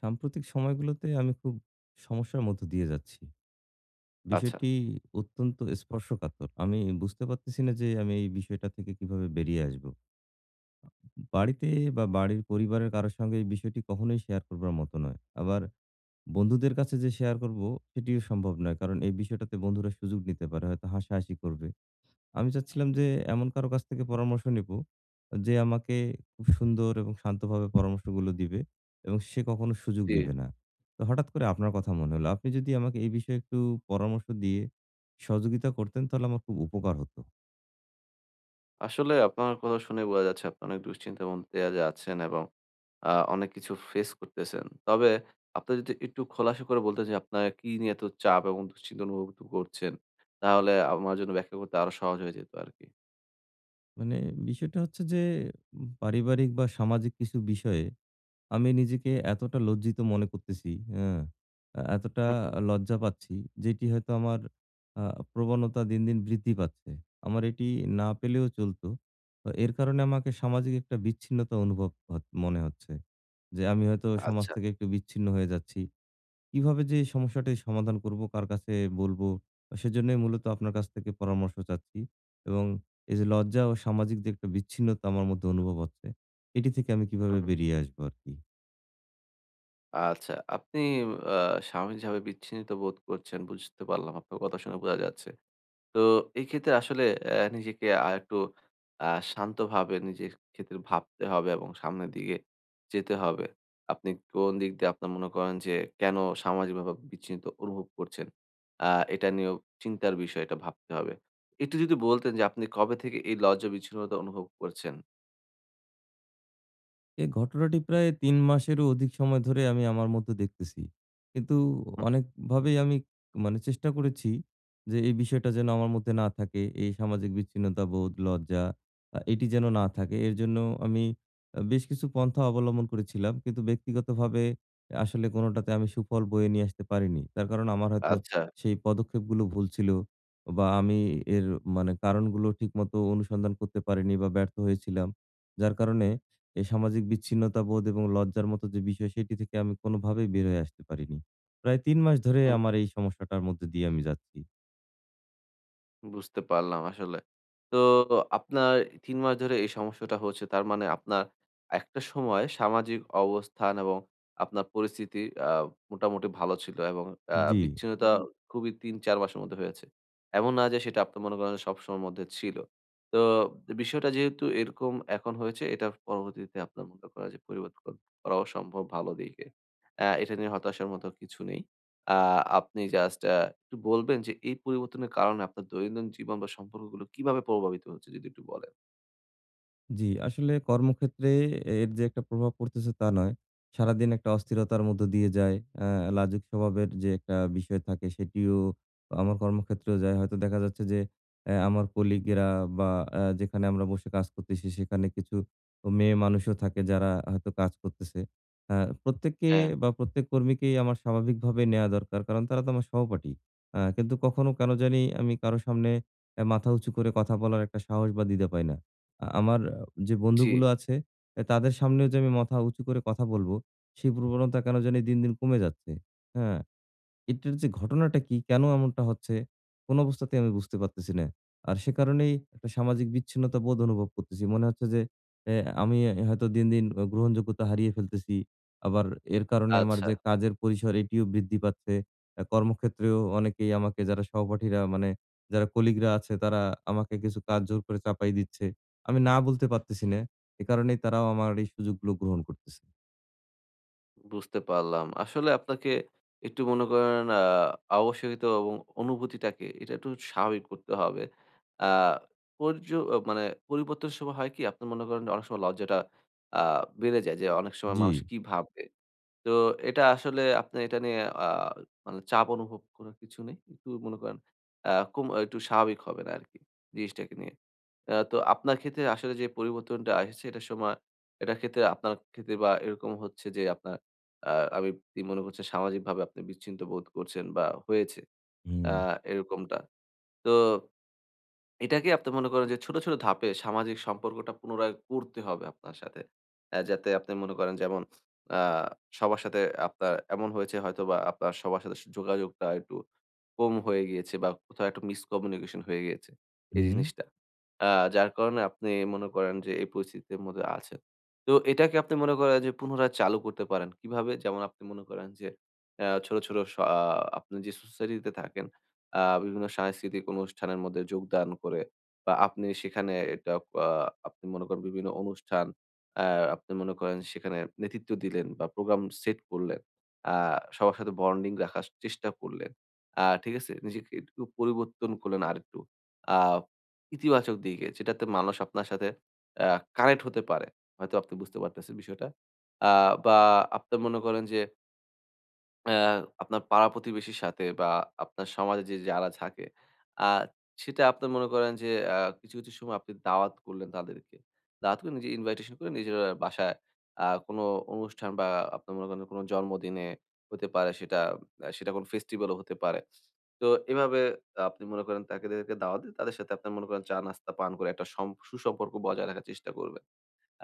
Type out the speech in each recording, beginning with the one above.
সাম্প্রতিক সময়গুলোতে আমি খুব সমস্যার মধ্য দিয়ে যাচ্ছি। আচ্ছা। বিষয়টি অত্যন্ত স্পর্শকাতর। আমি বুঝতে পারতেছি না যে আমি এই বিষয়টা থেকে কিভাবে বেরিয়ে আসবো। বাড়িতে বা বাড়ির পরিবারের কারো সঙ্গে এই বিষয়টি কখনোই শেয়ার করবার মতো নয়। আবার বন্ধুদের কাছে যে শেয়ার করব সেটিও সম্ভব নয়। কারণ এই বিষয়টাতে বন্ধুরা সুযোগ নিতে পারে। হয়তো হাসাহাসি করবে। আমি চাচ্ছিলাম যে এমন কারো কাছ থেকে পরামর্শ নিব যে আমাকে খুব সুন্দর এবং শান্তভাবে পরামর্শগুলো দিবে এবং সে কখনো সুযোগ জি, নেবে না। তো হঠাৎ করে আপনার কথা মনে হলো। আপনি যদি আমাকে এই বিষয়ে একটু পরামর্শ দিয়ে সহযোগিতা করতেন তাহলে আমার খুব উপকার হতো। আসলে আপনার কথা শুনে বোঝা যাচ্ছে আপনি অনেক দুশ্চিন্তার মধ্যে দিয়ে যাচ্ছেন এবং আ অনেক কিছু ফেস করতেছেন। তবে আপনি যদি একটু খোলাসা করে বলতেন যে আপনার কি নিয়ে এত চাপ এবং দুশ্চিন্তা অনুভব করছেন, তাহলে আমার জন্য ব্যাখ্যা করতে আরো সহজ হয়ে যেত আরকি। মানে বিষয়টা হচ্ছে যে পারিবারিক বা সামাজিক কিছু বিষয়ে আমি নিজেকে এতটা লজ্জিত মনে করতেছি, হ্যাঁ? এতটা হুম, লজ্জা পাচ্ছি, যেটি হয়তো আমার আ প্রবণতা দিন, দিন বৃদ্ধি পাচ্ছে। আমার এটি না পেলেও চলতো। তো এর কারণে আমাকে সামাজিক একটা বিচ্ছিন্নতা অনুভব হত মনে হচ্ছে। যে আমি হয়তো সমাজ আচ্ছা, থেকে একটু বিচ্ছিন্ন হয়ে যাচ্ছি। কিভাবে যে এই সমস্যাটির সমাধান করব, কার কাছে বলব? সেজন্যই মূলত আপনার কাছ থেকে পরামর্শ চাচ্ছি। এবং এই যে লজ্জা ও সামাজিক যে একটা বিচ্ছিন্নতা আমার মধ্যে অনুভব হচ্ছে, এটি থেকে আমি কিভাবে হুম, বেরিয়ে আসবো আরকি? আচ্ছা। আপনি আ স্বাভাবিকভাবে বিচ্ছিন্নতা বোধ করছেন, বুঝতে পারলাম আপনার কথা শুনে বোঝা যাচ্ছে। তো এই ক্ষেত্রে আসলে নিজেকে আরেকটু আ শান্তভাবে নিজের ক্ষেত্রে ভাবতে হবে এবং সামনের দিকে যেতে হবে। আপনি কোন দিক দিয়ে আপনার মনে করেন যে কেন সামাজিকভাবে বিচ্ছিন্ন অনুভব করছেন? আ এটা নিয়েও চিন্তার বিষয়, এটা ভাবতে হবে। একটু যদি বলতেন যে আপনি কবে থেকে এই লজ্জা বিচ্ছিন্নতা অনুভব করছেন? এই ঘটনাটি প্রায় ৩ মাসেরও অধিক সময় ধরে আমি আমার মধ্যে দেখতেছি। কিন্তু হুম, অনেকভাবেই আমি মানে চেষ্টা করেছি যে এই বিষয়টা যেন আমার মধ্যে না থাকে। এই সামাজিক বিচ্ছিন্নতাবোধ, লজ্জা, এটি যেন না থাকে। এর জন্য আমি বেশ কিছু পন্থা অবলম্বন করেছিলাম। কিন্তু ব্যক্তিগতভাবে আসলে কোনটাতে আমি সুফল বয়ে নিয়ে আসতে পারিনি। তার কারণ আমার হয়তো আচ্ছা। সেই পদক্ষেপগুলো ভুল ছিল বা আমি এর মানে কারণগুলো ঠিকমতো অনুসন্ধান করতে পারিনি বা ব্যর্থ হয়েছিলাম। যার কারণে এই সামাজিক বিচ্ছিন্নতাবোধ এবং লজ্জার মতো যে বিষয়, সেটি থেকে আমি কোনোভাবেই বের হয়ে আসতে পারিনি। প্রায় ৩ মাস ধরে আমার এই সমস্যাটার মধ্যে দিয়ে আমি যাচ্ছি। বুঝতে পারলাম আসলে। তো আপনার ৩ মাস ধরে এই সমস্যাটা হচ্ছে। তার মানে আপনার একটা সময় সামাজিক অবস্থান এবং আপনার পরিস্থিতি আ মোটামুটি ভালো ছিল এবং জি। বিচ্ছিন্নতা জি। খুবই ৩-৪ মাসের মধ্যে হয়েছে। এমন না যে সেটা আপনি মনে করেন সবসময়ের মধ্যে ছিল। তো বিষয়টা যেহেতু এরকম এখন হয়েছে এটার পরবর্তীতে আপনার মনে করেন যে পরিবর্তন করাও সম্ভব ভালো দিকে। এটা নিয়ে হতাশার মতো কিছু নেই। আ আপনি জাস্ট একটু বলবেন যে এই পরিবর্তনের কারণে আপনার দৈনন্দিন জীবন বা সম্পর্কগুলো কিভাবে প্রভাবিত হচ্ছে যদি একটু বলেন? জি, আসলে কর্মক্ষেত্রে এর যে একটা প্রভাব পড়তেছে তা নয়। সারাদিন একটা অস্থিরতার মধ্য দিয়ে যায়। আ লাজুক স্বভাবের যে একটা বিষয় থাকে সেটিও আমার কর্মক্ষেত্রেও যায়। হয়তো দেখা যাচ্ছে যে আমার কলিগেরা বা যেখানে আমরা বসে কাজ করতেছি সেখানে কিছু মেয়ে মানুষও থাকে যারা হয়তো কাজ করতেছে। আ প্রত্যেককে হ্যাঁ, বা প্রত্যেক কর্মীকেই আমার স্বাভাবিকভাবে নেয়া দরকার। কারণ তারা তো আমার সহপাঠী। কিন্তু কখনো কেন জানি আমি কারো সামনে মাথা উঁচু করে কথা বলার একটা সাহস বা দ্বিধা পাই না। আমার যে জি। বন্ধুগুলো আছে তাদের সামনেও যে আমি মাথা উঁচু করে কথা বলবো, সেই প্রবণতা কেন জানি দিন, দিন কমে যাচ্ছে। হ্যাঁ? এটার যে ঘটনাটা কি? কেন এমনটা হচ্ছে? কোন অবস্থাতেই আমি বুঝতে পারতেছি না। আর সে কারণেই একটা সামাজিক বিচ্ছিন্নতা বোধ অনুভব করতেছি। মনে হচ্ছে যে এ আমি হয়তো দিন, দিন গ্রহণযোগ্যতা হারিয়ে ফেলতেছি। আবার এর কারণে আমার আচ্ছা, যে কাজের পরিসর এটিও বৃদ্ধি পাচ্ছে। কর্মক্ষেত্রেও অনেকেই আমাকে যারা সহপাঠীরা মানে যারা কলিগরা আছে তারা আমাকে কিছু কাজ জোর করে চাপাই দিচ্ছে। আমি না বলতে পারতেছি না। এ কারণেই তারাও আমার এই সুযোগগুলো গ্রহণ করতেছে। বুঝতে পারলাম। আসলে আপনাকে একটু মনে করেন আবশ্যকীয়তা এবং অনুভূতিটাকে এটা একটু স্বাভাবিক করতে হবে। আ মানে পরিবর্তনের সময় হয় কি? আপনি মনে করেন অনেক সময় লজ্জাটা আ বেড়ে যায় যে অনেক সময় জি। মানুষ কি ভাববে? তো এটা আসলে আপনি এটা নিয়ে আ মানে চাপ অনুভব করার কিছু নেই। একটু মনে করেন আ কুম একটু স্বাভাবিক হবেন আরকি জিনিসটাকে নিয়ে। তো আপনার ক্ষেত্রে আসলে যে পরিবর্তনটা এসেছে এটার সময় এটার ক্ষেত্রে আপনার ক্ষেত্রে বা এরকম হচ্ছে যে আপনার আ আমি কি মনে করছেন সামাজিকভাবে আপনি বিচ্ছিন্ন বোধ করছেন বা হয়েছে হুম, আ এরকমটা। তো এটাকে আপনি মনে করেন যে ছোট, ছোট ধাপে সামাজিক সম্পর্কটা পুনরায় করতে হবে আপনার সাথে। যাতে আপনি মনে করেন যেমন আ সবার সাথে আপনার এমন হয়েছে হয়তোবা আপনার সবার সাথে যোগাযোগটা একটু কম হয়ে গিয়েছে বা কোথাও একটা মিসকমিউনিকেশন হয়ে গিয়েছে, এই হুম। জিনিসটা। আ যার কারণে আপনি মনে করেন যে এই পরিস্থিতির মধ্যে আছেন। তো এটাকে আপনি মনে করেন যে পুনরায় চালু করতে পারেন। কিভাবে? যেমন আপনি মনে করেন যে ছোট, ছোট স আ আপনি যে সোসাইটিতে থাকেন বিভিন্ন সাংস্কৃতিক অনুষ্ঠানের মধ্যে যোগদান করে বা আপনি সেখানে এটা আ আপনি মনে করেন বিভিন্ন অনুষ্ঠান আ আপনি মনে করেন সেখানে নেতৃত্ব দিলেন বা প্রোগ্রাম সেট করলেন। আ সবার সাথে বন্ডিং রাখার চেষ্টা করলেন। ঠিক আছে? নিজেকে একটু পরিবর্তন করলেন আরেকটু। আ ইতিবাচক দিকে যেটাতে মানুষ আপনার সাথে আ কানেক্ট হতে পারে। হয়তো আপনি বুঝতে পারতেছেন বিষয়টা। আ বা আপনি মনে করেন যে আ আপনার পাড়া-প্রতিবেশীর সাথে বা আপনার সমাজে যে যারা থাকে, আ সেটা আপনার মনে করেন যে আ কিছু, কিছু সময় আপনি দাওয়াত করলেন তাদেরকে। দাওয়াত করে নিজে ইনভাইটেশন করে নিজের বাসায় কোনো অনুষ্ঠান বা আপনার মনে করেন কোনো জন্মদিনে হতে পারে সেটা কোনো ফেস্টিভ্যালও হতে পারে। তো এভাবে আপনি মনে করেন তাকে তাদেরকে দাওয়াত দিয়ে তাদের সাথে আপনার মনে করেন চা-নাস্তা পান করে একটা সুসম্পর্ক বজায় রাখার চেষ্টা করবেন।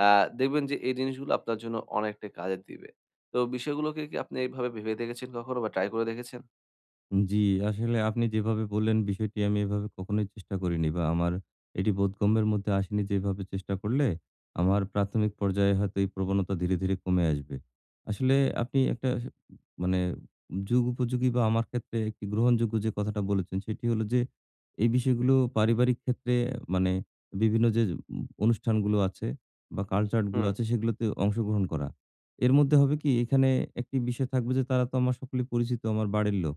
আ দেখবেন যে এই জিনিসগুলো আপনার জন্য অনেকটা কাজে দিবে। তো বিষয়গুলোকে কি আপনি এভাবে ভেবে দেখেছেন কখনো বা ট্রাই করে দেখেছেন? জি, আসলে আপনি যেভাবে বললেন বিষয়টি আমি এভাবে কখনোই চেষ্টা করিনি বা আমার এটি বোধগম্যের মধ্যে আসেনি যে এভাবে চেষ্টা করলে আমার প্রাথমিক পর্যায়ে হয়তো এই প্রবণতা ধীরে, ধীরে কমে আসবে। আসলে আপনি একটা মানে যুগ উপযোগী বা আমার ক্ষেত্রে একটি গ্রহণযোগ্য যে কথাটা বলেছেন সেটি হলো যে এই বিষয়গুলো পারিবারিক ক্ষেত্রে মানে বিভিন্ন যে অনুষ্ঠানগুলো আছে বা কালচার গুলো হুম, আছে সেগুলোতে অংশগ্রহণ করা। এর মধ্যে হবে কি এখানে একটি বিষয় থাকবে যে তারা তো আমার সকলেই পরিচিত আমার বাড়ির লোক।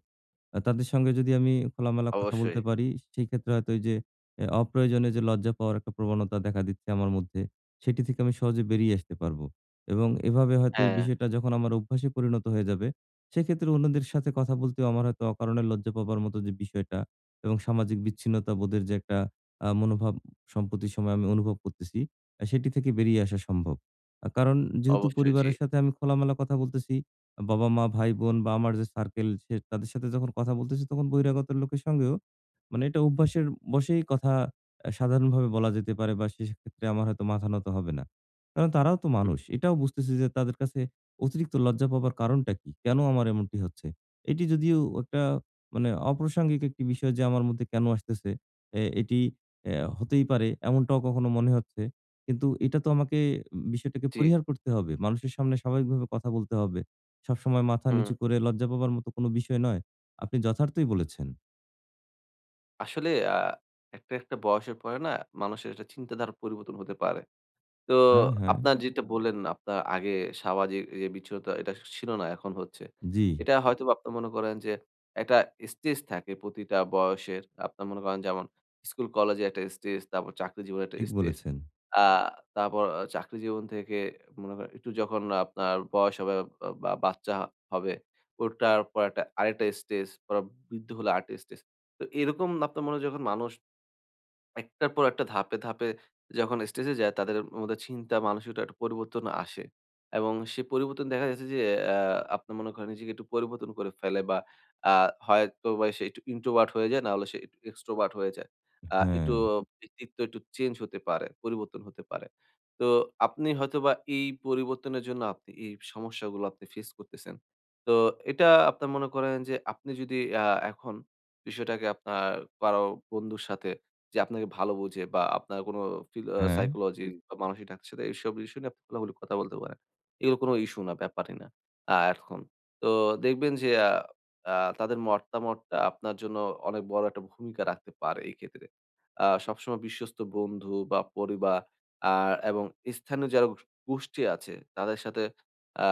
তাদের সঙ্গে যদি আমি খোলামেলা কথা অবশ্যই। বলতে পারি, সেই ক্ষেত্রে হয়তো এই যে অপ্রয়োজনে যে লজ্জা পাওয়ার একটা প্রবণতা দেখা দিচ্ছে আমার মধ্যে, সেটি থেকে আমি সহজে বেরিয়ে আসতে পারবো। এবং এভাবে হয়তো এই হ্যাঁ, বিষয়টা যখন আমার অভ্যাসে পরিণত হয়ে যাবে, সেক্ষেত্রে অন্যদের সাথে কথা বলতেও আমার হয়তো অকারণে লজ্জা পাবার মতো যে বিষয়টা এবং সামাজিক বিচ্ছিন্নতা বোধের যে একটা মনোভাব সম্প্রতি সময়ে আমি অনুভব করতেছি, সেটি থেকে বেরিয়ে আসা সম্ভব। কারণ যেহেতু অবশ্যই জি। পরিবারের সাথে আমি খোলামেলা কথা বলতেছি বাবা-মা, ভাই-বোন বা আমার যে সার্কেল তাদের সাথে যখন কথা বলতেছি তখন বহিরাগত লোকের সঙ্গেও মানে এটা অভ্যাসের বশেই কথা সাধারণভাবে বলা যেতে পারে বা সেক্ষেত্রে আমার হয়তো মাথা নত হবে না। কারণ তারাও তো হুম, মানুষ। এটাও বুঝতেছি যে তাদের কাছে অতিরিক্ত লজ্জা পাবার কারণটা কি? কেন আমার এমনটি হচ্ছে? এটি যদিও একটা মানে অপ্রাসঙ্গিক একটি বিষয় যে আমার মধ্যে কেন আসতেছে? এটি এ হতেই পারে এমনটাও কখনো মনে হচ্ছে। কিন্তু এটা তো আমাকে বিষয়টাকে জি, পরিহার করতে হবে। মানুষের সামনে স্বাভাবিকভাবে কথা বলতে হবে। সবসময় মাথা হুম। নিচু করে লজ্জা পাবার মতো কোনো বিষয় নয়। আপনি যথার্থই বলেছেন। আসলে একটা বয়সের পরে না মানুষের একটা চিন্তাধারার পরিবর্তন হতে পারে। তো হ্যাঁ, হ্যাঁ। আপনার যেটা বললেন, আপনার আগে সামাজিক যে বিচ্ছিন্নতা এটা ছিল না, এখন হচ্ছে। জি, এটা হয়তোবা আপনি মনে করেন যে একটা স্টেজ থাকে প্রতিটা বয়সের। আপনার মনে করেন যেমন স্কুল, কলেজে একটা স্টেজ, তারপর চাকরি জীবনে একটা ঠিক স্টেজ। বলেছেন। আ তারপর চাকরি জীবন থেকে মনে করেন একটু যখন আপনার বয়স হবে বা বা বাচ্চা হবে, ওটার পর একটা আরেকটা স্টেজ, পরে বৃদ্ধ হলে আরেকটা স্টেজ। তো এরকম আপনার মনে হয় যখন মানুষ একটার পর একটা ধাপে, ধাপে যখন স্টেজে যায় তাদের মধ্যে চিন্তা মানসিকতার একটা পরিবর্তন আসে। এবং সেই পরিবর্তন দেখা যাচ্ছে যে আ আপনি মনে করেন নিজেকে একটু পরিবর্তন করে ফেলে বা আ হয়তোবা সে একটু introvert হয়ে যায়, না হলে সে একটু extrovert হয়ে যায়। হ্যাঁ, একটু হুম। ব্যক্তিত্ব একটু চেঞ্জ হতে পারে, পরিবর্তন হতে পারে। তো আপনি হয়তোবা এই পরিবর্তনের জন্য আপনি এই সমস্যাগুলো আপনি ফেস করতেছেন। তো এটা আপনার মনে করেন যে আপনি যদি আ এখন বিষয়টাকে আপনার কারো বন্ধুর সাথে যে আপনাকে ভালো বোঝে বা আপনার কোনো ফিল আ হ্যাঁ। সাইকোলজিস্ট বা মানসিক ডাক্তারের সাথে এইসব ইস্যু নিয়ে আপনি খোলাখুলি কথা বলতে পারেন। এগুলো কোনো ইস্যু না, ব্যাপারই না এখন। তো দেখবেন যে আ আ তাদের মতামতটা আপনার জন্য অনেক বড় একটা ভূমিকা রাখতে পারে এই ক্ষেত্রে। সবসময় বিশ্বস্ত বন্ধু বা পরিবার আ এবং স্থানীয় যারা গোষ্ঠী আছে তাদের সাথে আ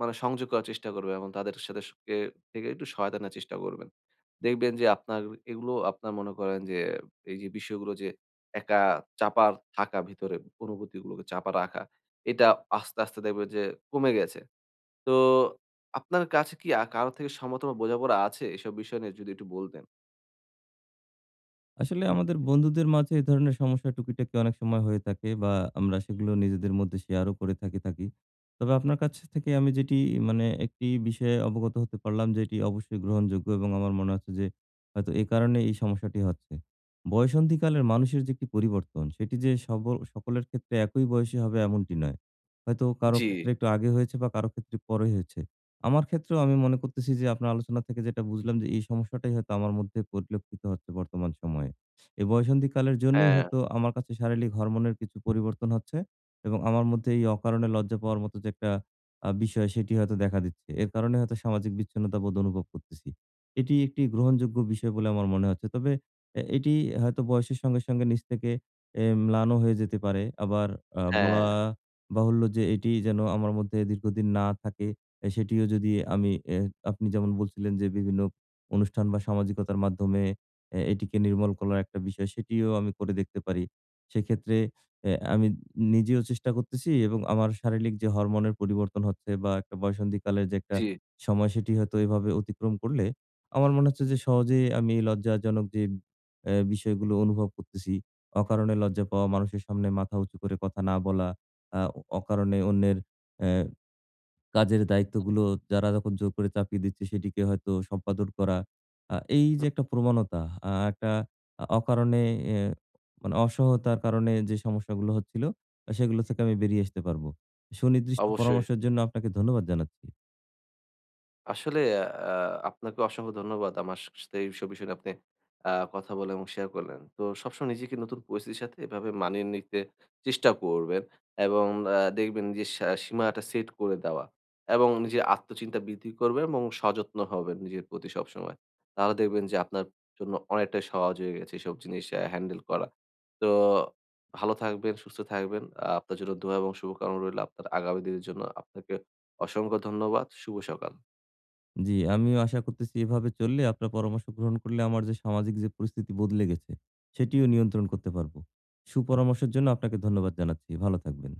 মানে সংযোগ করার চেষ্টা করবেন এবং তাদের সাথে স কে থেকে একটু সহায়তা নেওয়ার চেষ্টা করবেন। দেখবেন যে আপনার এগুলো আপনার মনে করেন যে এই যে বিষয়গুলো যে একা চাপার থাকা ভিতরে অনুভূতিগুলোকে চাপা রাখা, এটা আস্তে, আস্তে দেখবেন যে কমে গেছে। তো আপনার কাছে কি কারো থেকে সমর্থন বা বোঝাপড়া আছে এসব বিষয় নিয়ে যদি একটু বলতেন? আসলে আমাদের বন্ধুদের মাঝে এ ধরনের সমস্যা টুকিটাকি অনেক সময় হয়ে থাকে বা আমরা সেগুলো নিজেদের মধ্যে শেয়ারও করে থাকি থাকি। তবে আপনার কাছ থেকে আমি যেটি মানে একটি বিষয়ে অবগত হতে পারলাম যে এটি অবশ্যই গ্রহণযোগ্য এবং আমার মনে হচ্ছে যে হয়তো এ কারণে এই সমস্যাটি হচ্ছে। বয়সন্ধিকালের মানুষের যে একটি পরিবর্তন সেটি যে সব সকলের ক্ষেত্রে একই বয়সী হবে এমনটি নয়। হয়তো কারো জি, ক্ষেত্রে একটু আগে হয়েছে বা কারো ক্ষেত্রে পরে হয়েছে। আমার ক্ষেত্রেও আমি মনে করতেছি যে আপনার আলোচনা থেকে যেটা বুঝলাম যে এই সমস্যাটাই হয়তো আমার মধ্যে পরিলক্ষিত হচ্ছে বর্তমান সময়ে। এই বয়সন্ধিকালের জন্যই হ্যাঁ, হয়তো আমার কাছে শারীরিক হরমোনের কিছু পরিবর্তন হচ্ছে এবং আমার মধ্যে এই অকারণে লজ্জা পাওয়ার মতো যে একটা বিষয় সেটি হয়তো দেখা দিচ্ছে। এর কারণে হয়তো সামাজিক বিচ্ছিন্নতা বোধ অনুভব করতেছি। এটি একটি গ্রহণযোগ্য বিষয় বলে আমার মনে হচ্ছে। তবে এটি হয়তো বয়সের সঙ্গে, সঙ্গে নিজ থেকে ম্লানও হয়ে যেতে পারে। আবার বলা হ্যাঁ, বাহুল্য যে এটি যেন আমার মধ্যে দীর্ঘদিন না থাকে সেটিও যদি আমি আপনি যেমন বলছিলেন যে বিভিন্ন অনুষ্ঠান বা সামাজিকতার মাধ্যমে এটিকে নির্মূল করার একটা বিষয় সেটিও আমি করে দেখতে পারি। সেক্ষেত্রে আমি নিজেও চেষ্টা করতেছি এবং আমার শারীরিক যে হরমোনের পরিবর্তন হচ্ছে বা একটা বয়ঃসন্ধিকালের যে একটা জি। সময় সেটি হয়তো এভাবে অতিক্রম করলে আমার মনে হচ্ছে যে সহজেই আমি এই লজ্জাজনক যে বিষয়গুলো অনুভব করতেছি, অকারণে লজ্জা পাওয়া, মানুষের সামনে মাথা উঁচু করে কথা না বলা, আ অকারণে অন্যের অ্যা কাজের দায়িত্বগুলো যারা যখন জোর করে চাপিয়ে দিচ্ছে সেটিকে হয়তো সম্পাদন করা। এই যে হুম, একটা প্রবণতা, আ একটা আ অকারণে এ মানে অসহতার কারণে যে সমস্যাগুলো হচ্ছিল, সেগুলো থেকে আমি বেরিয়ে আসতে পারবো। সুনির্দিষ্ট অবশ্যই। পরামর্শের জন্য আপনাকে ধন্যবাদ জানাচ্ছি। আসলে আ আপনাকে অসংখ্য ধন্যবাদ। আমার সাথে এইসব বিষয় নিয়ে আপনি কথা বলেন এবং শেয়ার করলেন। তো সবসময় নিজেকে নতুন পরিস্থিতির সাথে এভাবে মানিয়ে নিতে চেষ্টা করবেন এবং দেখবেন যে সীমাটা সেট করে দেওয়া এবং নিজের আত্মচিন্তা বৃদ্ধি করবেন এবং সযত্ন হবেন নিজের প্রতি সবসময়। তাহলে দেখবেন যে আপনার জন্য অনেকটাই সহজ হয়ে গেছে এসব জিনিস হ্যান্ডেল করা। তো ভালো থাকবেন, সুস্থ থাকবেন। আপনার জন্য দোয়া এবং শুভকামনা রইল আপনার আগামী দিনের জন্য। আপনাকে অসংখ্য ধন্যবাদ। শুভ সকাল। জি, আমিও আশা করতেছি এভাবে চললে আপনার পরামর্শ গ্রহণ করলে আমার যে সামাজিক যে পরিস্থিতি বদলে গেছে, সেটিও নিয়ন্ত্রণ করতে পারবো। সুপরামর্শের জন্য আপনাকে ধন্যবাদ জানাচ্ছি। ভালো থাকবেন।